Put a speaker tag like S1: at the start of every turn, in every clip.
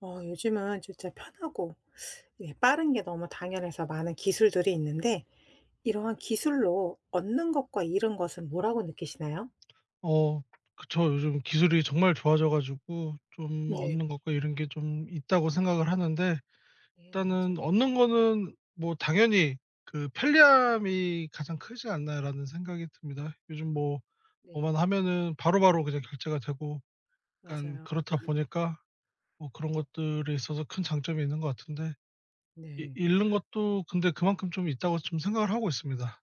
S1: 요즘은 진짜 편하고 예 빠른 게 너무 당연해서 많은 기술들이 있는데 이러한 기술로 얻는 것과 잃은 것은 뭐라고 느끼시나요?
S2: 어 그쵸. 요즘 기술이 정말 좋아져 가지고 좀
S1: 네.
S2: 얻는 것과 이런 게 좀 있다고 생각을 하는데,
S1: 네네. 맞아요.
S2: 일단은 얻는 거는 뭐 당연히 그 '편리함이 가장 크지 않나.'라는 생각이 듭니다. 요즘 뭐만
S1: 네.
S2: 하면은 바로바로 그냥 결제가 되고, 약간
S1: 맞아요.
S2: 그렇다 보니까 뭐 그런 것들에 있어서 큰 장점이 있는 것 같은데, 이
S1: 네.
S2: 잃는 것도 근데 그만큼 좀 있다고 좀 생각을 하고 있습니다.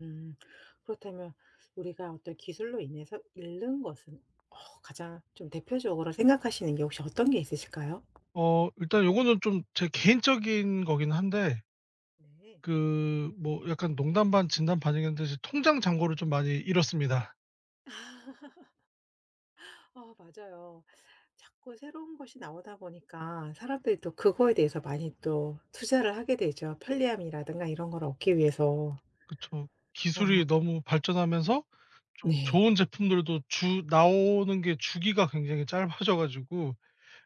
S1: 음. 그렇다면 우리가 어떤 기술로 인해서 잃는 것은 가장 좀 대표적으로 생각하시는 게 혹시 어떤 게 있으실까요?
S2: 일단 요거는 좀 제 개인적인 거긴 한데,
S1: 네.
S2: 그 뭐 약간 농담 반 진담 반이겠는데 이제 통장 잔고를 좀 많이 잃었습니다.
S1: 아 맞아요. 자꾸 새로운 것이 나오다 보니까 사람들이 또 그거에 대해서 많이 또 투자를 하게 되죠. 편리함이라든가 이런 걸 얻기 위해서.
S2: 그쵸.
S1: 아
S2: 기술이 너무 발전하면서 좀
S1: 네.
S2: 좋은 제품들도 주 나오는 게 주기가 굉장히 짧아져 가지고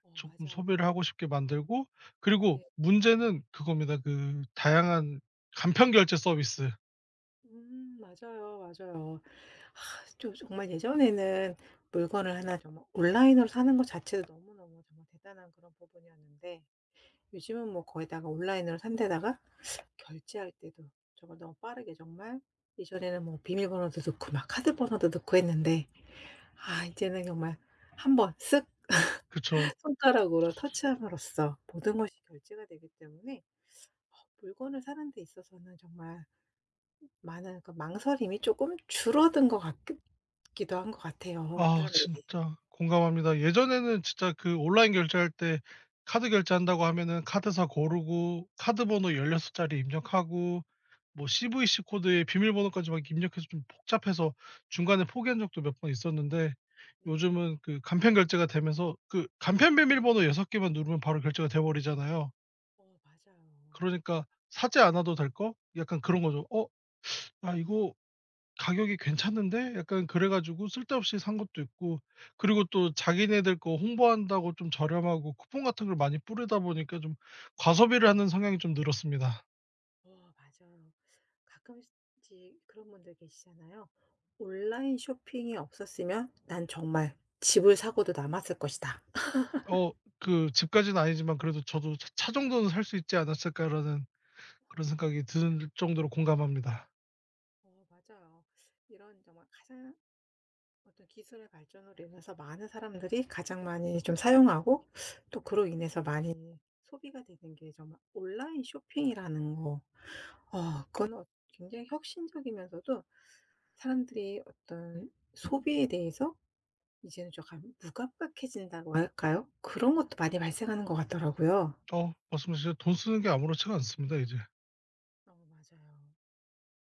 S1: 어
S2: 조금
S1: 맞아요.
S2: 소비를 하고 싶게 만들고, 그리고
S1: 네.
S2: 문제는 그겁니다. 그 다양한 간편 결제 서비스.
S1: 맞아요, 맞아요. 아 저 정말 예전에는 물건을 하나 정말 온라인으로 사는 것 자체도 너무너무 정말 대단한 그런 부분이었는데 요즘은 뭐 거기다가 온라인으로 산 데다가 결제할 때도 정말 너무 빠르게 정말 예전에는 뭐 비밀번호도 넣고 막 카드 번호도 넣고 했는데 아 이제는 정말 한번 쓱
S2: 그쵸.
S1: 손가락으로 터치함으로써 모든 것이 결제가 되기 때문에 어 물건을 사는 데 있어서는 정말 많은 그 망설임이 쪼끔 줄어든 것 같기 기도 한 것 같아요
S2: 아
S1: 사람들이.
S2: 진짜 공감합니다. 예전에는 진짜 그 온라인 결제할 때 카드 결제한다고 하면은 카드사 고르고 카드 번호 16 자리 입력하고 뭐
S1: 맞아요.
S2: CVC 코드에 비밀번호까지 막 입력해서 좀 복잡해서 중간에 포기한 적도 몇 번 있었는데,
S1: 네네.
S2: 요즘은 그 간편 결제가 되면서 그 간편 비밀번호 6 개만 누르면 바로 결제가 돼 버리잖아요.
S1: 어 맞아요.
S2: 그러니까 사지 않아도 될 거 약간 그런 거죠. '어 아 이거 가격이 괜찮은데.' 약간 그래 가지고 쓸데없이 산 것도 있고, 그리고 또 자기네들 거 홍보한다고 좀 저렴하고 쿠폰 같은 걸 많이 뿌리다 보니까 좀 과소비를 하는 성향이 좀 늘었습니다.
S1: 어 맞아요. 가끔씩 그런 분들 계시잖아요. '온라인 쇼핑이 없었으면 난 정말 집을 사고도 남았을 것이다.'
S2: 어 그 집까지는 아니지만 그래도 저도 '차 정도는 살 수 있지 않았을까.'라는 그런 생각이 들 정도로 공감합니다.
S1: 어 맞아요. 이런 정말 가장 어떤 기술의 발전으로 인해서 많은 사람들이 가장 많이 좀 사용하고 또 그로 인해서 많이 소비가 되는 게 정말 온라인 쇼핑이라는 거. 어, 굉장히 혁신적이면서도 사람들이 어떤 소비에 대해서 이제는 조금 무감각해진다고 할까요? 그런 것도 많이 발생하는 것 같더라고요.
S2: 말씀해 주신, 돈 쓰는 게 아무렇지가 않습니다 이제.
S1: 어, 맞아요.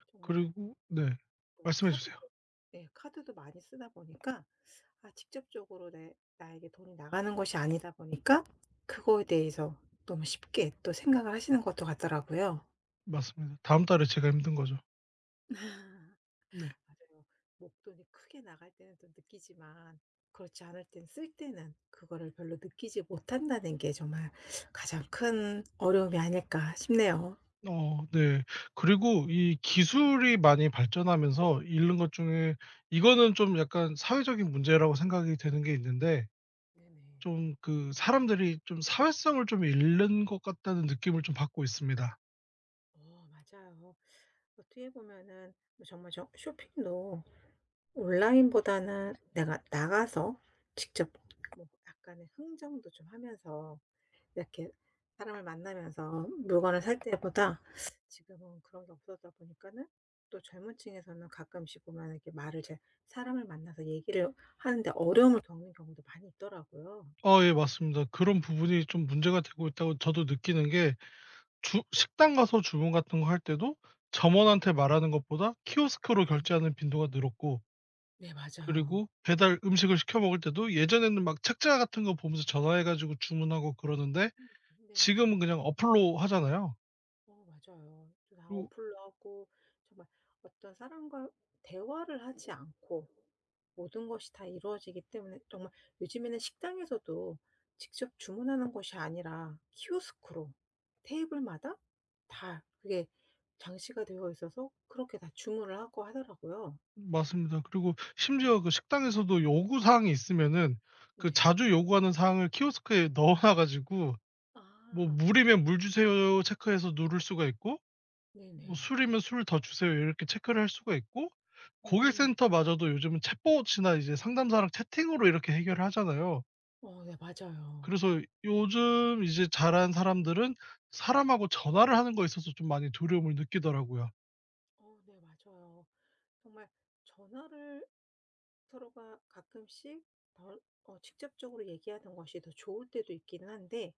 S1: 정말
S2: 그리고 네.
S1: 뭐
S2: 말씀해
S1: 카드도
S2: 주세요.
S1: 네 카드도 많이 쓰다 보니까 아 직접적으로 내 나에게 돈이 나가는 것이 아니다 보니까 그거에 대해서 너무 쉽게 또 생각을 하시는 것도 같더라고요.
S2: 맞습니다. 다음 달에 제가 힘든 거죠. 네.
S1: 맞아요. 목돈이 크게 나갈 때는 또 느끼지만 그렇지 않을 땐 쓸 때는 그거를 별로 느끼지 못한다는 게 정말 가장 큰 어려움이 아닐까 싶네요.
S2: 네. 그리고 이 기술이 많이 발전하면서 잃는 것 중에 이거는 좀 약간 사회적인 문제라고 생각이 되는 게 있는데,
S1: 네네.
S2: 좀 그 사람들이 좀 사회성을 좀 잃는 것 같다는 느낌을 좀 받고 있습니다.
S1: 어 맞아요. 어떻게 보면은 뭐 정말 저 쇼핑도 온라인보다는 내가 나가서 직접 뭐 약간의 흥정도 좀 하면서 이렇게 사람을 만나면서 물건을 살 때보다 지금은 그런 게 없어다 보니까는 또 젊은 층에서는 가끔씩 보면 이렇게 말을 잘 사람을 만나서 얘기를 하는데 어려움을 겪는 경우도 많이 있더라고요.
S2: 예 맞습니다. 그런 부분이 좀 문제가 되고 있다고 저도 느끼는 게, 주 식당 가서 주문 같은 거 할 때도 점원한테 말하는 것보다 키오스크로
S1: 네.
S2: 결제하는 빈도가 늘었고,
S1: 네 맞아요.
S2: 그리고 배달 음식을 시켜 먹을 때도 예전에는 막 책자 같은 거 보면서 전화해 가지고 주문하고 그러는데,
S1: 음 네
S2: 지금은
S1: 맞아요.
S2: 그냥 어플로 하잖아요.
S1: 어 맞아요. 또 다
S2: 그리고
S1: 어플로 하고 정말 어떤 사람과 대화를 하지 않고 모든 것이 다 이루어지기 때문에 정말 요즘에는 식당에서도 직접 주문하는 것이 아니라 키오스크로 테이블마다 다 그게 장치가 되어 있어서 그렇게 다 주문을 하고 하더라고요.
S2: 맞습니다. 그리고 심지어 그 식당에서도 요구 사항이 있으면은 그
S1: 네.
S2: 자주 요구하는 사항을 키오스크에 넣어 놔 가지고
S1: 아
S2: 뭐 "물이면 '물 주세요.' 체크해서 누를 수가 있고, 뭐
S1: 네네.
S2: '술이면 '술 더 주세요.' 이렇게 체크를 할 수가 있고,
S1: 음.
S2: 고객센터마저도 요즘은 챗봇이나 이제 상담사랑 채팅으로 이렇게 해결을 하잖아요.
S1: 어 네 맞아요.
S2: 그래서 요즘 이제 자란 사람들은 사람하고 전화를 하는 거에 있어서 좀 많이 두려움을 느끼더라고요.
S1: 어 네 맞아요. 정말 전화를 서로가 가끔씩 덜 직접적으로 얘기하는 것이 더 좋을 때도 있기는 한데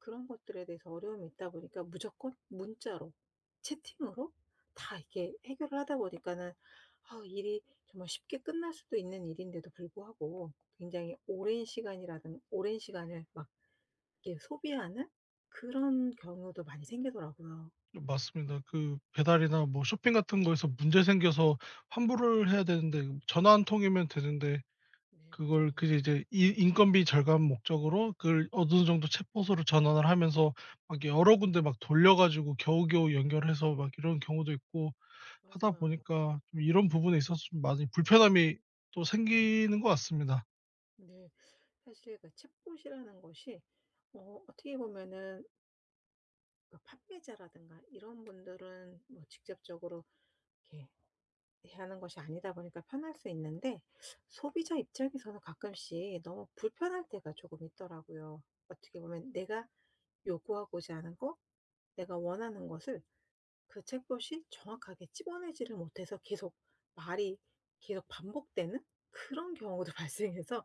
S1: 그런 것들에 대해서 어려움이 있다 보니까 무조건 문자로 채팅으로 다 이게 해결을 하다 보니까는 아 일이 정말 쉽게 끝날 수도 있는 일인데도 불구하고 굉장히 오랜 시간을 막 이렇게 소비하는 그런 경우도 많이 생기더라고요.
S2: 맞습니다. 그 배달이나 뭐 쇼핑 같은 거에서 문제 생겨서 환불을 해야 되는데 전화 한 통이면 되는데,
S1: 네
S2: 그걸
S1: 맞아요.
S2: 그 이제 이 인건비 절감 목적으로 그걸 어느 정도 챗포으로 전환을 하면서 막 여러 군데 막 돌려 가지고 겨우겨우 연결해서 막 이런 경우도 있고, 하다
S1: 맞아요.
S2: 보니까 좀 이런 부분에 있어서 좀 많이 불편함이 또 생기는 것 같습니다.
S1: 네. 사실 그 챗봇이라는 것이 어떻게 보면은 그 판매자라든가 이런 분들은 뭐 직접적으로 이렇게 하는 것이 아니다 보니까 편할 수 있는데 소비자 입장에서는 가끔씩 너무 불편할 때가 조금 있더라고요. 어떻게 보면 내가 요구하고자 하는 거, 내가 원하는 것을 그 챗봇이 정확하게 찝어내지를 못해서 계속 말이 계속 반복되는 그런 경우도 발생해서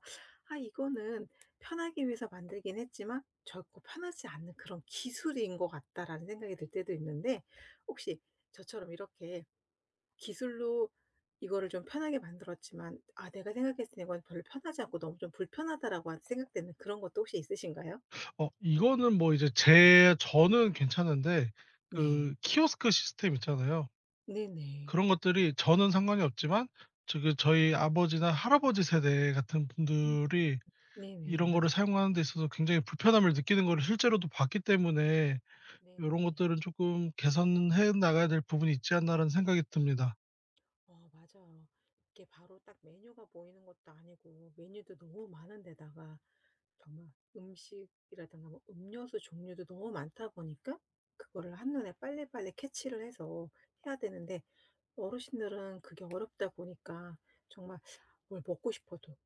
S1: '아 이거는 편하기 위해서 만들긴 했지만 결코 편하지 않는 그런 기술인 것 같다.'라는 생각이 들 때도 있는데 혹시 저처럼 이렇게 기술로 이거를 좀 편하게 만들었지만 '아 내가 생각했을 때 이건 별로 편하지 않고 너무 좀 불편하다.'라고 한 생각되는 그런 것도 혹시 있으신가요?
S2: 이거는 뭐 이제 제 저는 괜찮은데,
S1: 네.
S2: 그 키오스크 시스템 있잖아요.
S1: 네네.
S2: 그런 것들이 저는 상관이 없지만 저 그 저희 아버지나 할아버지 세대 같은
S1: 음.
S2: 분들이
S1: 네네.
S2: 이런
S1: 맞아.
S2: 거를 사용하는 데 있어서 굉장히 불편함을 느끼는 거를 실제로도 봤기 때문에, 요런
S1: 네네.
S2: 것들은 쪼끔 개선해 나가야 될 부분이 있지 않나라는 생각이 듭니다.
S1: 어 맞아요. 이게 바로 딱 메뉴가 보이는 것도 아니고 메뉴도 너무 많은 데다가 정말 음식이라든가 뭐 음료수 종류도 너무 많다 보니까 그거를 한눈에 빨리빨리 캐치를 해서 해야 되는데 어르신들은 그게 어렵다 보니까 정말 뭘 먹고 싶어도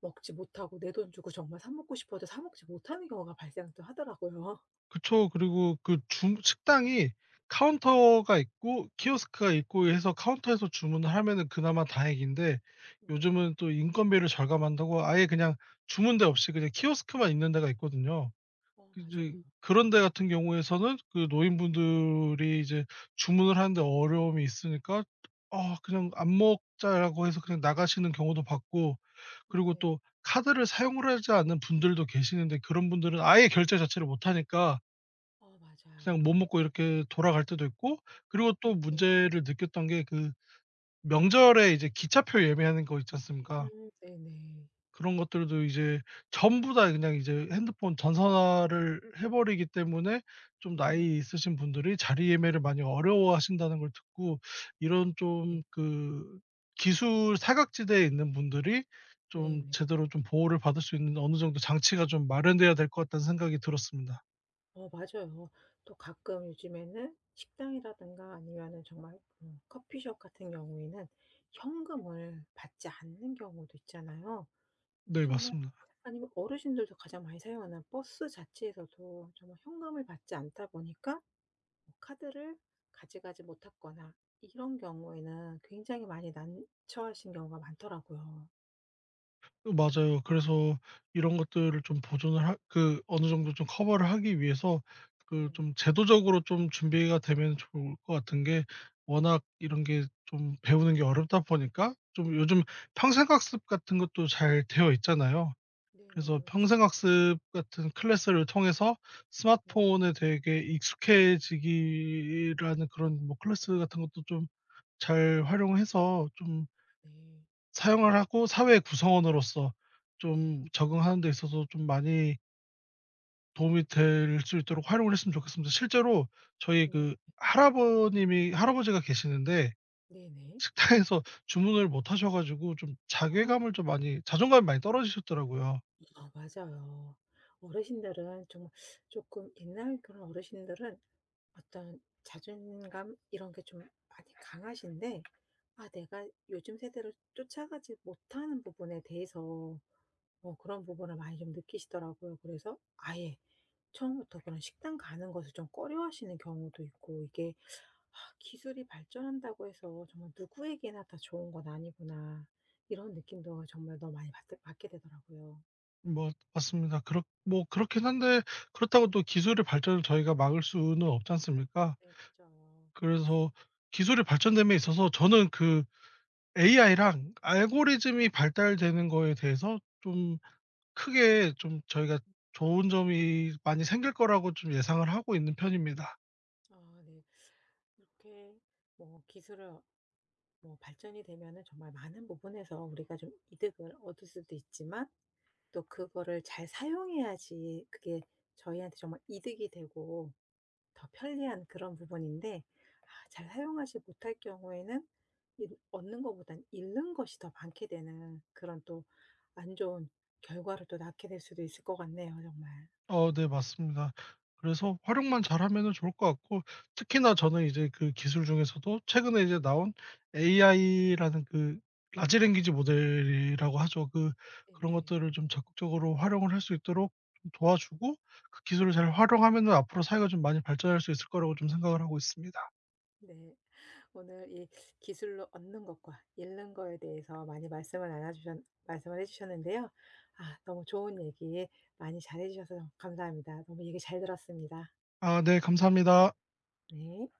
S1: 먹지 못하고 내 돈 주고 정말 사 먹고 싶어도 사 먹지 못하는 경우가 발생 도 하더라고요.
S2: 그쵸. 그리고 그 주 식당이 카운터가 있고 키오스크가 있고 해서 카운터에서 주문을 하면은 그나마 다행인데,
S1: 네.
S2: 요즘은 또 인건비를 절감한다고 아예 그냥 주문대 없이 그냥 키오스크만 있는 데가 있거든요.
S1: 어
S2: 그 이제
S1: 맞아요,
S2: 그런 데
S1: 맞아요.
S2: 같은 경우에서는 그 노인분들이 이제 주문을 하는데 어려움이 있으니까 "아 그냥 안 먹자."라고 해서 그냥 나가시는 경우도 봤고, 그리고
S1: 네.
S2: 또 카드를 사용을 하지 않는 분들도 계시는데 그런 분들은 아예 결제 자체를 못 하니까
S1: 어
S2: 그냥 못
S1: 맞아요.
S2: 먹고 이렇게 돌아갈 때도 있고, 그리고 또
S1: 네.
S2: 문제를 느꼈던 게 그 명절에 이제 기차표 예매하는 거 있지 않습니까?
S1: 네네.
S2: 그런 것들도 이제 전부 다 그냥 이제 핸드폰 전산화를 해 버리기 때문에 좀
S1: 음.
S2: 나이 있으신 분들이 자리 예매를 많이 어려워하신다는 걸 듣고, 이런 좀 그 기술 사각지대에 있는 분들이 좀
S1: 네네.
S2: 제대로 좀 보호를 받을 수 있는 어느 정도 장치가 좀 마련돼야 될 것 같다는 생각이 들었습니다.
S1: 어 맞아요. 또 가끔 요즘에는 식당이라든가 아니면은 정말 커피숍 같은 경우에는 현금을 받지 않는 경우도 있잖아요.
S2: 네
S1: 정말
S2: 맞습니다.
S1: 아니면 어르신들도 가장 많이 사용하는 버스 자체에서도 정말 현금을 받지 않다 보니까 뭐 카드를 가져가지 못했거나 이런 경우에는 굉장히 많이 난처하신 경우가 많더라고요.
S2: 맞아요. 그래서 이런 것들을 좀 보존을 하 그 어느 정도 좀 커버를 하기 위해서 그
S1: 네네.
S2: 좀 제도적으로 좀 준비가 되면 좋을 것 같은 게, 워낙 이런 게 좀 배우는 게 어렵다 보니까 좀 요즘
S1: 음.
S2: 평생학습 같은 것도 잘 되어 있잖아요.
S1: 네네.
S2: 그래서
S1: 그렇죠.
S2: 평생학습 같은 클래스를 통해서
S1: 네네.
S2: 스마트폰에 되게 익숙해지기라는 그런 뭐 클래스 같은 것도 좀 잘 활용해서 좀
S1: 네.
S2: 사용을 하고, 사회 구성원으로서
S1: 네.
S2: 좀 적응하는 데 있어서 좀 많이 도움이 될 수 있도록 활용을 했으면 좋겠습니다. 실제로 저희
S1: 네.
S2: 그 할아버님이 할아버지가 계시는데
S1: 네네.
S2: 식당에서 주문을 못 하셔 가지고 좀
S1: 아.
S2: 자괴감을 좀 많이, 자존감이 많이 떨어지셨더라고요.
S1: 아 맞아요. 어르신들은 좀 조금 옛날 그런 어르신들은 어떤 자존감 이런 게 좀 많이 강하신데 아 내가 요즘 세대를 쫓아가지 못하는 부분에 대해서 뭐 그런 부분을 많이 좀 느끼시더라고요. 그래서 아예 처음부터 그런 식당 가는 것을 좀 꺼려하시는 경우도 있고 이게 기술이 발전한다고 해서 정말 누구에게나 다 좋은 건 아니구나. 이런 느낌도 정말 너무 많이 받게 되더라고요.
S2: 뭐 맞습니다. 그렇 뭐 그렇긴 한데, 그렇다고 또 기술의 발전을 저희가 막을 수는 없지 않습니까?
S1: 네, 맞죠
S2: 그래서 기술이 발전됨에 있어서 저는 그 AI랑 알고리즘이 발달되는 거에 대해서 좀 크게 좀 저희가 좋은 점이 많이 생길 거라고 좀 예상을 하고 있는 편입니다.
S1: 아, 네. 이렇게 뭐 기술을 뭐 발전이 되면은 정말 많은 부분에서 우리가 좀 이득을 얻을 수도 있지만 또 그거를 잘 사용해야지 그게 저희한테 정말 이득이 되고 더 편리한 그런 부분인데 아 잘 사용하지 못할 경우에는 얻는 것보단 잃는 것이 더 많게 되는 그런 또 안 좋은 결과를 또 낳게 될 수도 있을 것 같네요 정말.
S2: 네 맞습니다. 그래서 활용만 잘하면은 좋을 것 같고, 특히나
S1: 네네.
S2: 저는 이제 그 기술 중에서도 최근에 이제 나온 AI라는 그 라지
S1: 음.
S2: 랭귀지 모델이라고 하죠. 그런
S1: 네네.
S2: 것들을 좀 적극적으로 활용을 할 수 있도록 좀 도와주고, 그 기술을
S1: 네.
S2: 잘 활용하면은 앞으로 사회가 좀 많이 발전할 수 있을 거라고 좀 생각을 하고 있습니다.
S1: 네. 오늘 이 기술로 얻는 것과 잃는 거에 대해서 많이 말씀을 해 주셨는데요. 아 너무 좋은 얘기 많이 잘해 주셔서 감사합니다. 너무 얘기 잘 들었습니다.
S2: 아 네 감사합니다.
S1: 네.